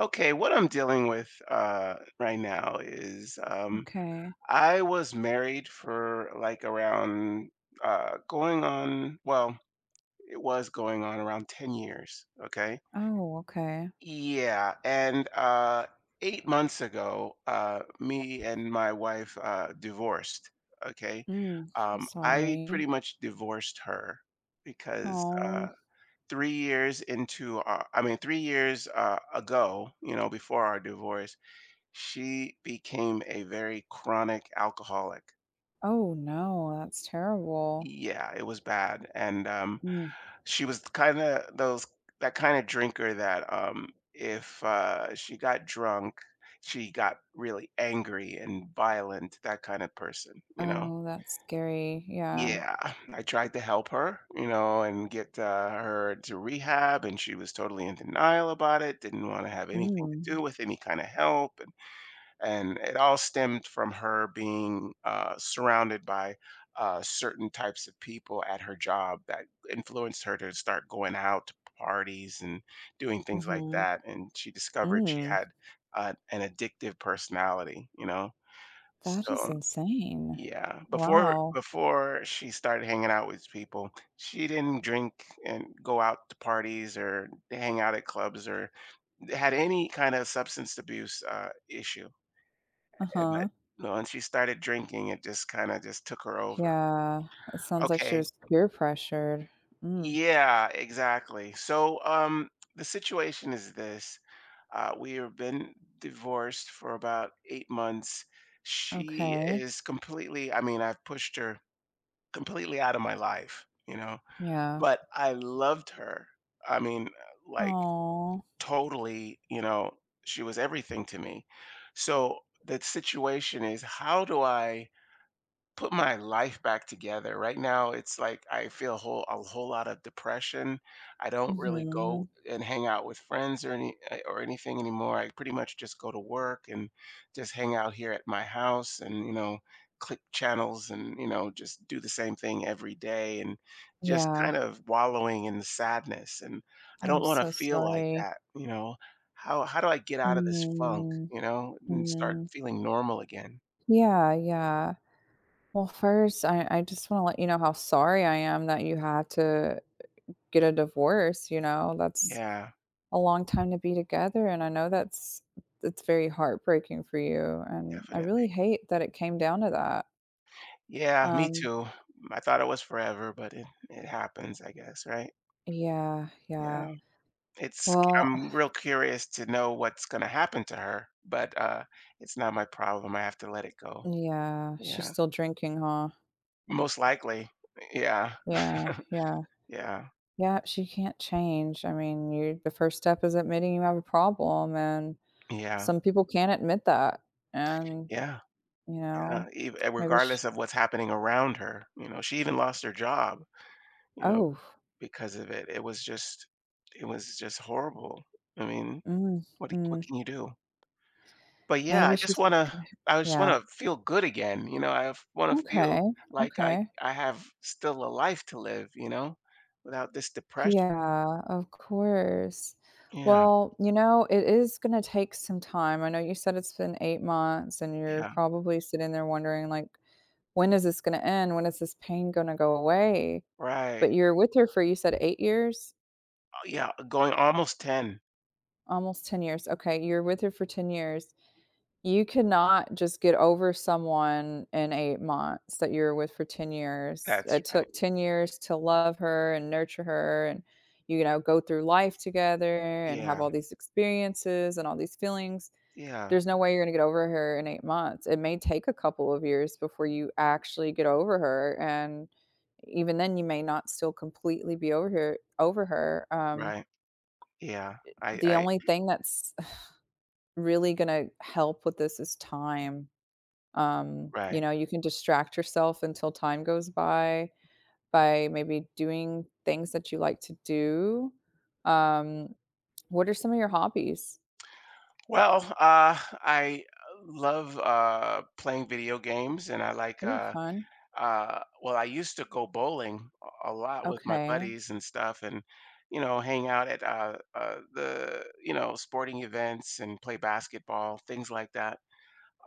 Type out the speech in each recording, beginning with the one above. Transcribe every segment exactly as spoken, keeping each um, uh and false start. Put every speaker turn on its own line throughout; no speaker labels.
Okay, what I'm dealing with uh, right now is um,
Okay.
I was married for like around uh, going on, well, it was going on around ten years. Okay.
Oh, okay.
Yeah. And uh, eight months ago, uh, me and my wife uh, divorced. Okay.
Mm, I'm
Um, I pretty
sorry.
much divorced her because
Oh.
uh, three years into, our, I mean, three years uh, ago, you know, before our divorce she became a very chronic alcoholic.
Oh no, that's terrible.
Yeah, it was bad, and, um,
Mm.
she was kinda those that kinda drinker that, um, if, uh, she got drunk, she got really angry and violent, that kind of person, you know?
Oh, that's scary. Yeah.
Yeah. I tried to help her, you know, and get, uh, her to rehab, and she was totally in denial about it, didn't wanna have anything to do
Mm.
with any kinda help, and and it all stemmed from her being uh, surrounded by uh, certain types of people at her job that influenced her to start going out to parties and doing things like
Mm-hmm.
that. And she discovered she
Mm.
had uh, an addictive personality, you know.
That is
So
insane.
yeah, before
Wow.
before she started hanging out with people, she didn't drink and go out to parties or hang out at clubs or had any kind of substance abuse uh, issue. Yeah, but
Uh-huh.
once she started drinking, it just kinda just took her over.
Yeah. It sounds like she
Okay.
was peer pressured. Mm.
Yeah, exactly. So, um, the situation is this, uh, we have been divorced for about eight months. She
Okay.
is completely, I mean, I've pushed her completely out of my life, you know,
Yeah.
but I loved her. I mean, like,
Oh.
totally, you know, she was everything to me. So, the situation is, how do I put my life back together? Right now, it's like I feel a whole a whole lot of depression. I don't really
Mm-hmm.
go and hang out with friends or any uh, or anything anymore. I pretty much just go to work and just hang out here at my house and, you know, click channels and, you know, just do the same thing every day and just
Yeah.
kind of wallowing in the sadness, and I don't
I'm
want to
so
feel like
sorry.
that, you know. How how do I get out of this funk,
Mm.
you know, and start
Mm.
feeling normal again?
Yeah, yeah. Well, first, I, I just want to let you know how sorry I am that you had to get a divorce. You know, that's
Yeah,
a long time to be together. And I know that's it's very heartbreaking for you. And I really
definitely.
hate that it came down to that.
Yeah, me
Um,
too. Mm, I thought it was forever, but it it happens, I guess, right?
yeah, yeah.
Yeah. It's
Well,
I'm real curious to know what's gonna happen to her, but uh it's not my problem. I have to let it go.
yeah, she's
Yeah.
still drinking, huh?
Most likely. Yeah.
Yeah, yeah.
Yeah.
Yeah, she can't change. I mean, you the first step is admitting you have a problem and
Yeah.
some people can't admit that. And,
Yeah.
you
Yeah.
know,
Ev- uh,
maybe she.
Regardless of what's happening around her, you know, she even lost her job, you know,
Oh.
because of it. It was just, it was just horrible. I mean,
Mm.
what do- what
Mm.
can you do? But yeah, I
Maybe
just
she's
wanna
gonna.
I just
Yeah,
wanna feel good again, you know, I f wanna
okay,
feel like I
okay.
I have still a life to live, you know, without this depression.
Yeah, of course.
Yeah,
Well, you know, it is gonna take some time. I know you said it's been eight months, and you're
yeah,
probably sitting there wondering, like, "When is this gonna end? When is this pain gonna go away?"
right.
But you're with her for you said eight years?
Oh, yeah, going almost ten.
Almost ten years, okay, you're with her for ten years. You cannot just get over someone in eight months that you were with for ten years.
That's
It
right.
took ten years to love her and nurture her and, you know, go through life together and have
Yeah,
all these experiences and all these feelings.
yeah,
There's no way you're gonna get over her in eight months. It may take a couple of years before you actually get over her, and even then, you may not still completely be over her over her. Um,
right. Yeah, I
the
I
only thing that's really gonna help with this is time. Um, you
right.
know, you can distract yourself until time goes by, by maybe doing things that you like to do. Um, what are some of your hobbies?
Well, uh, I love, uh, playing video games, and I like,
Ooh,
uh
fun.
Uh, well, I used to go bowling a a lot with my
Okay.
buddies and stuff and, you know, hang out at uh, uh, the, you know, sporting events and play basketball, things like that.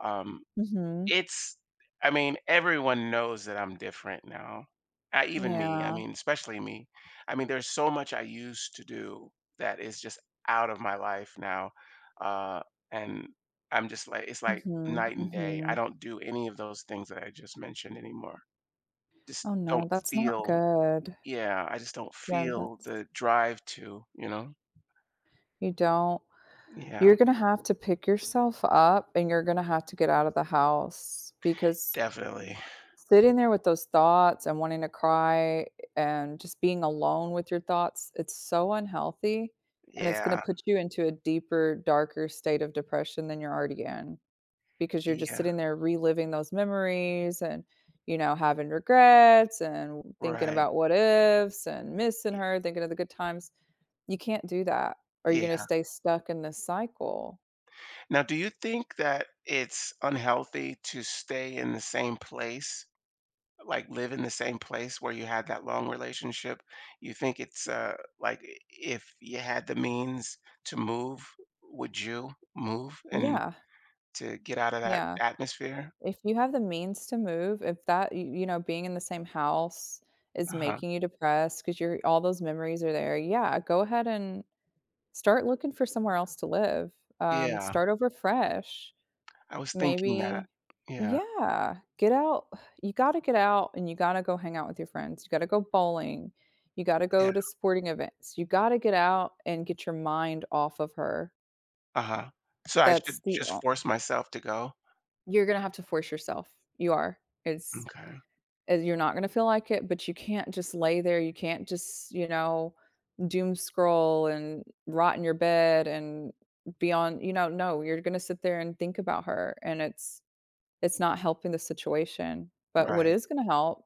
Um,
Mhm.
it's, I mean, everyone knows that I'm different now. Uh, even me, I
Yeah.
mean, especially me. I mean, there's so much I used to do that is just out of my life now. Uh, and I'm just like, it's like
Mhm,
night and day. I
mhm.
don't do any of those things that I just mentioned anymore. Just
Oh,
don't
no, that's not
feel
good.
Yeah, I just don't
Yeah,
feel
that's
the drive to, you know?
you don't you're
Yeah,
gonna have to pick yourself up, and you're gonna have to get out of the house, because
definitely.
sitting there with those thoughts and wanting to cry and just being alone with your thoughts, it's so unhealthy, and it's gonna
Yeah,
put you into a deeper, darker state of depression than you're already in, because you're just
yeah,
sitting there reliving those memories and, you know, having regrets and thinking
right.
about what ifs and missing her, thinking of the good times. You can't do that, or you're gonna
Yeah.
stay stuck in this cycle.
Now, do you think that it's unhealthy to stay in the same place, like live in the same place where you had that long relationship? You think it's uh like i- if you had the means to move, would you move and
Yeah,
to get out of that
yeah.
atmosphere?
If you have the means to move, if that y you know, being in the same house is
Uh-huh.
making you depressed because 'cause you're all those memories are there, yeah, go ahead and start looking for somewhere else to live. Um,
Yeah.
start over fresh.
I was thinking that.
Maybe
Yeah.
Yeah, get out. You gotta get out and you gotta go hang out with your friends. You gotta go bowling. You gotta
Yeah,
go to sporting events. You gotta get out and get your mind off of her.
uh-huh. So I
That's
should
the
just
o
force myself to go?
You're gonna have to force yourself. You are. It's
Okay,
Uh, you're not gonna feel like it, but you can't just lay there, you can't just, you know, doom scroll and rot in your bed and be on you know, no, you're gonna sit there and think about her, and it's it's not helping the situation. But what
right,
is gonna help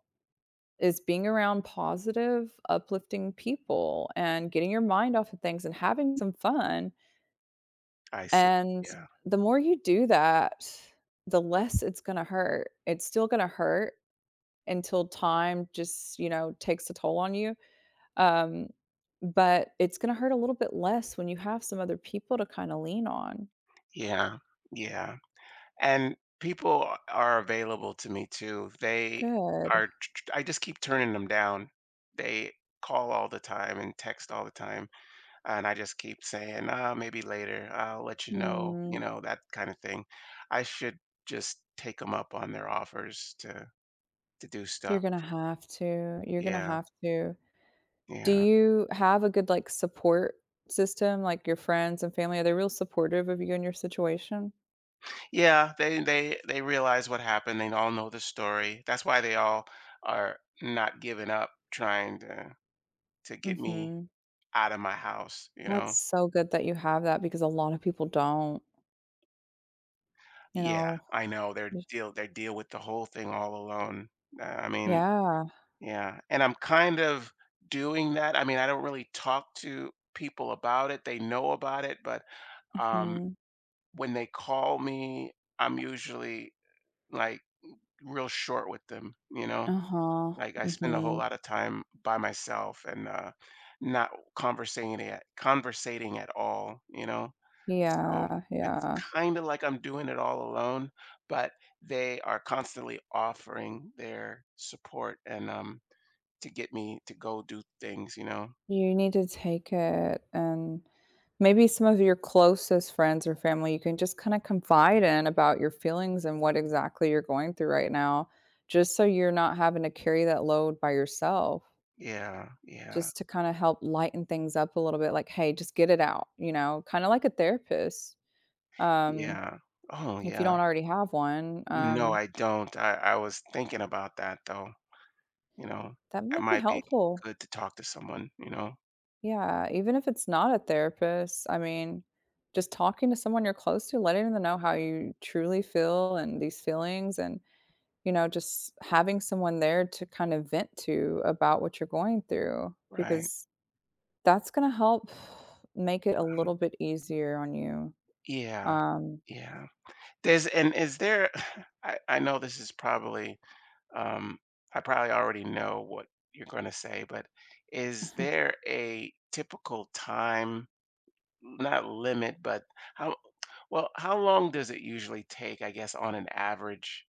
is being around positive, uplifting people and getting your mind off of things and having some fun,
I see,
and
yeah,
the more you do that, the less it's gonna hurt. It's still gonna hurt, until time just, you know, takes a toll on you. Um, but it's gonna hurt a little bit less when you have some other people to kinda lean on.
yeah, yeah, and people a are available to me too. They
Good.
are tr I just keep turning them down. They call all the time and text all the time, and I just keep saying, "Uh, maybe later, I'll let you know," you
Hmm.
know, that kinda thing. I should just take them up on their offers to to do
You're
stuff.
gonna have to. You're gonna
Yeah,
have to. Do
yeah.
you have a good, like, support system, like your friends and family? Are they real supportive of you and your situation?
Yeah, they they they realize what happened. They all know the story. That's why they all are not giving up trying to to get me
Mhm.
out of my house, you
That's
know.
so good that you have that because a lot of people don't, you
Yeah,
know?
I know they're
Y
deal they deal with the whole thing all alone. Uh, I mean,
Yeah.
yeah, and I'm kind of doing that. I mean, I don't really talk to people about it. They know about it, but um
Mhm.
when they call me, I'm usually like real short with them, you know.
Uh-huh.
Like, I spend a whole
Mhm.
lot of time by myself and, uh, not conversating at conversating at all, you know? So,
Yeah,
it's
yeah.
kinda like I'm doing it all alone, but they are constantly offering their support and, um, to get me to go do things, you know?
You need to take it and maybe some of your closest friends or family you can just kinda confide in about your feelings and what exactly you're going through right now, just so you're not having to carry that load by yourself,
Yeah, yeah,
just to kinda help lighten things up a little bit, like, "Hey, just get it out," you know, kinda like a therapist, um,
yeah. Oh,
if you
yeah.
don't already have one,
No,
um,
I don't. I I was thinking about that, though, you know?
that
It
might be
might be
helpful.
good to talk to someone, you know?
Yeah, even if it's not a therapist, I mean, just talking to someone you're close to, letting them know how you truly feel and these feelings, and, you know, just having someone there to kind of vent to about what you're going through,
Right.
because that's going to help make it a little bit easier on you.
Yeah.
Um,
Yeah. There's and is there, I I know this is probably, um, I probably already know what you're gonna say, but is there a typical time, not limit, but how well, how long does it usually take, I guess, on an average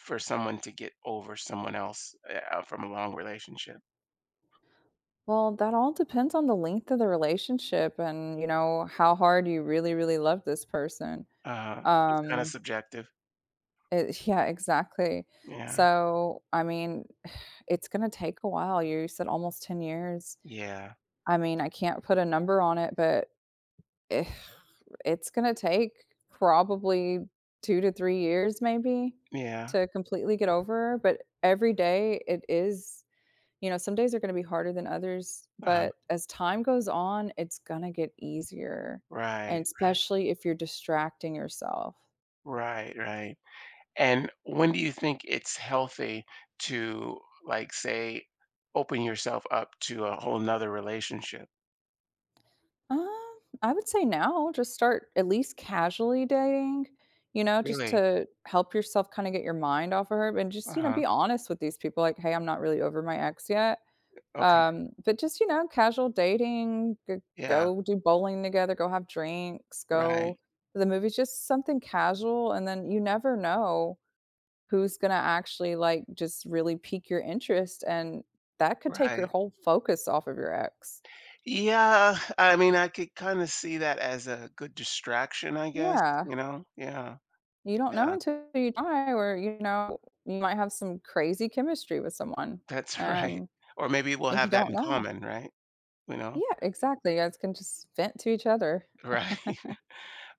for someone to get over someone else, eh, uh, from a long relationship?
Well, that all depends on the length of the relationship and, you know, how hard you really, really love this person.
uh It's kinda
Um,
subjective.
it, yeah, exactly.
Yeah.
So, I mean, it's going to take a while. You said almost ten years.
Yeah.
I mean, I can't put a number on it, but Eh, it's gonna take probably two to three years maybe
Yeah.
to completely get over, but every day it is you know, some days are gonna be harder than others,
uh
but as time goes on, it's gonna get easier, and
Right, right.
especially if you're distracting yourself.
Right, right. And when do you think it's healthy to, like, say, open yourself up to a whole nother relationship?
Um, I would say now, just start at least casually dating, you know, just
Really?
to help yourself kinda get your mind off of her, and just, you know,
Uh-huh.
be honest with these people, like, "Hey, I'm not really over my ex yet."
Okay.
Um, but just, you know, casual dating, g
Yeah.
go do bowling together, go have drinks,
Right.
go to the movies, just something casual, and then you never know who's gonna actually, like, just really pique your interest, and that could take your
Right.
whole focus off of your ex.
Yeah. I mean, I could kind of see that as a good distraction, I guess,
Yeah,
you know? Yeah.
you don't know
Yeah.
until you try or, you know, you might have some crazy chemistry with someone,
That's right.
and
Or maybe we'll
you
have that
don't
in
know.
common, right? You know?
Yeah, exactly, you guys can just vent to each other.
Right.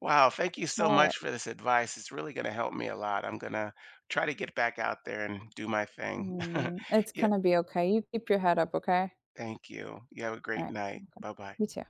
Wow. Thank you so
Try
much
it.
for this advice. It's really going to help me a lot. I'm going to try to get back out there and do my thing.
Mm, it's
Yeah.
gonna be okay. You keep your head up, okay?
Thank you. You have a
All
great
right.
night.
Okay.
Bye bye.
You too.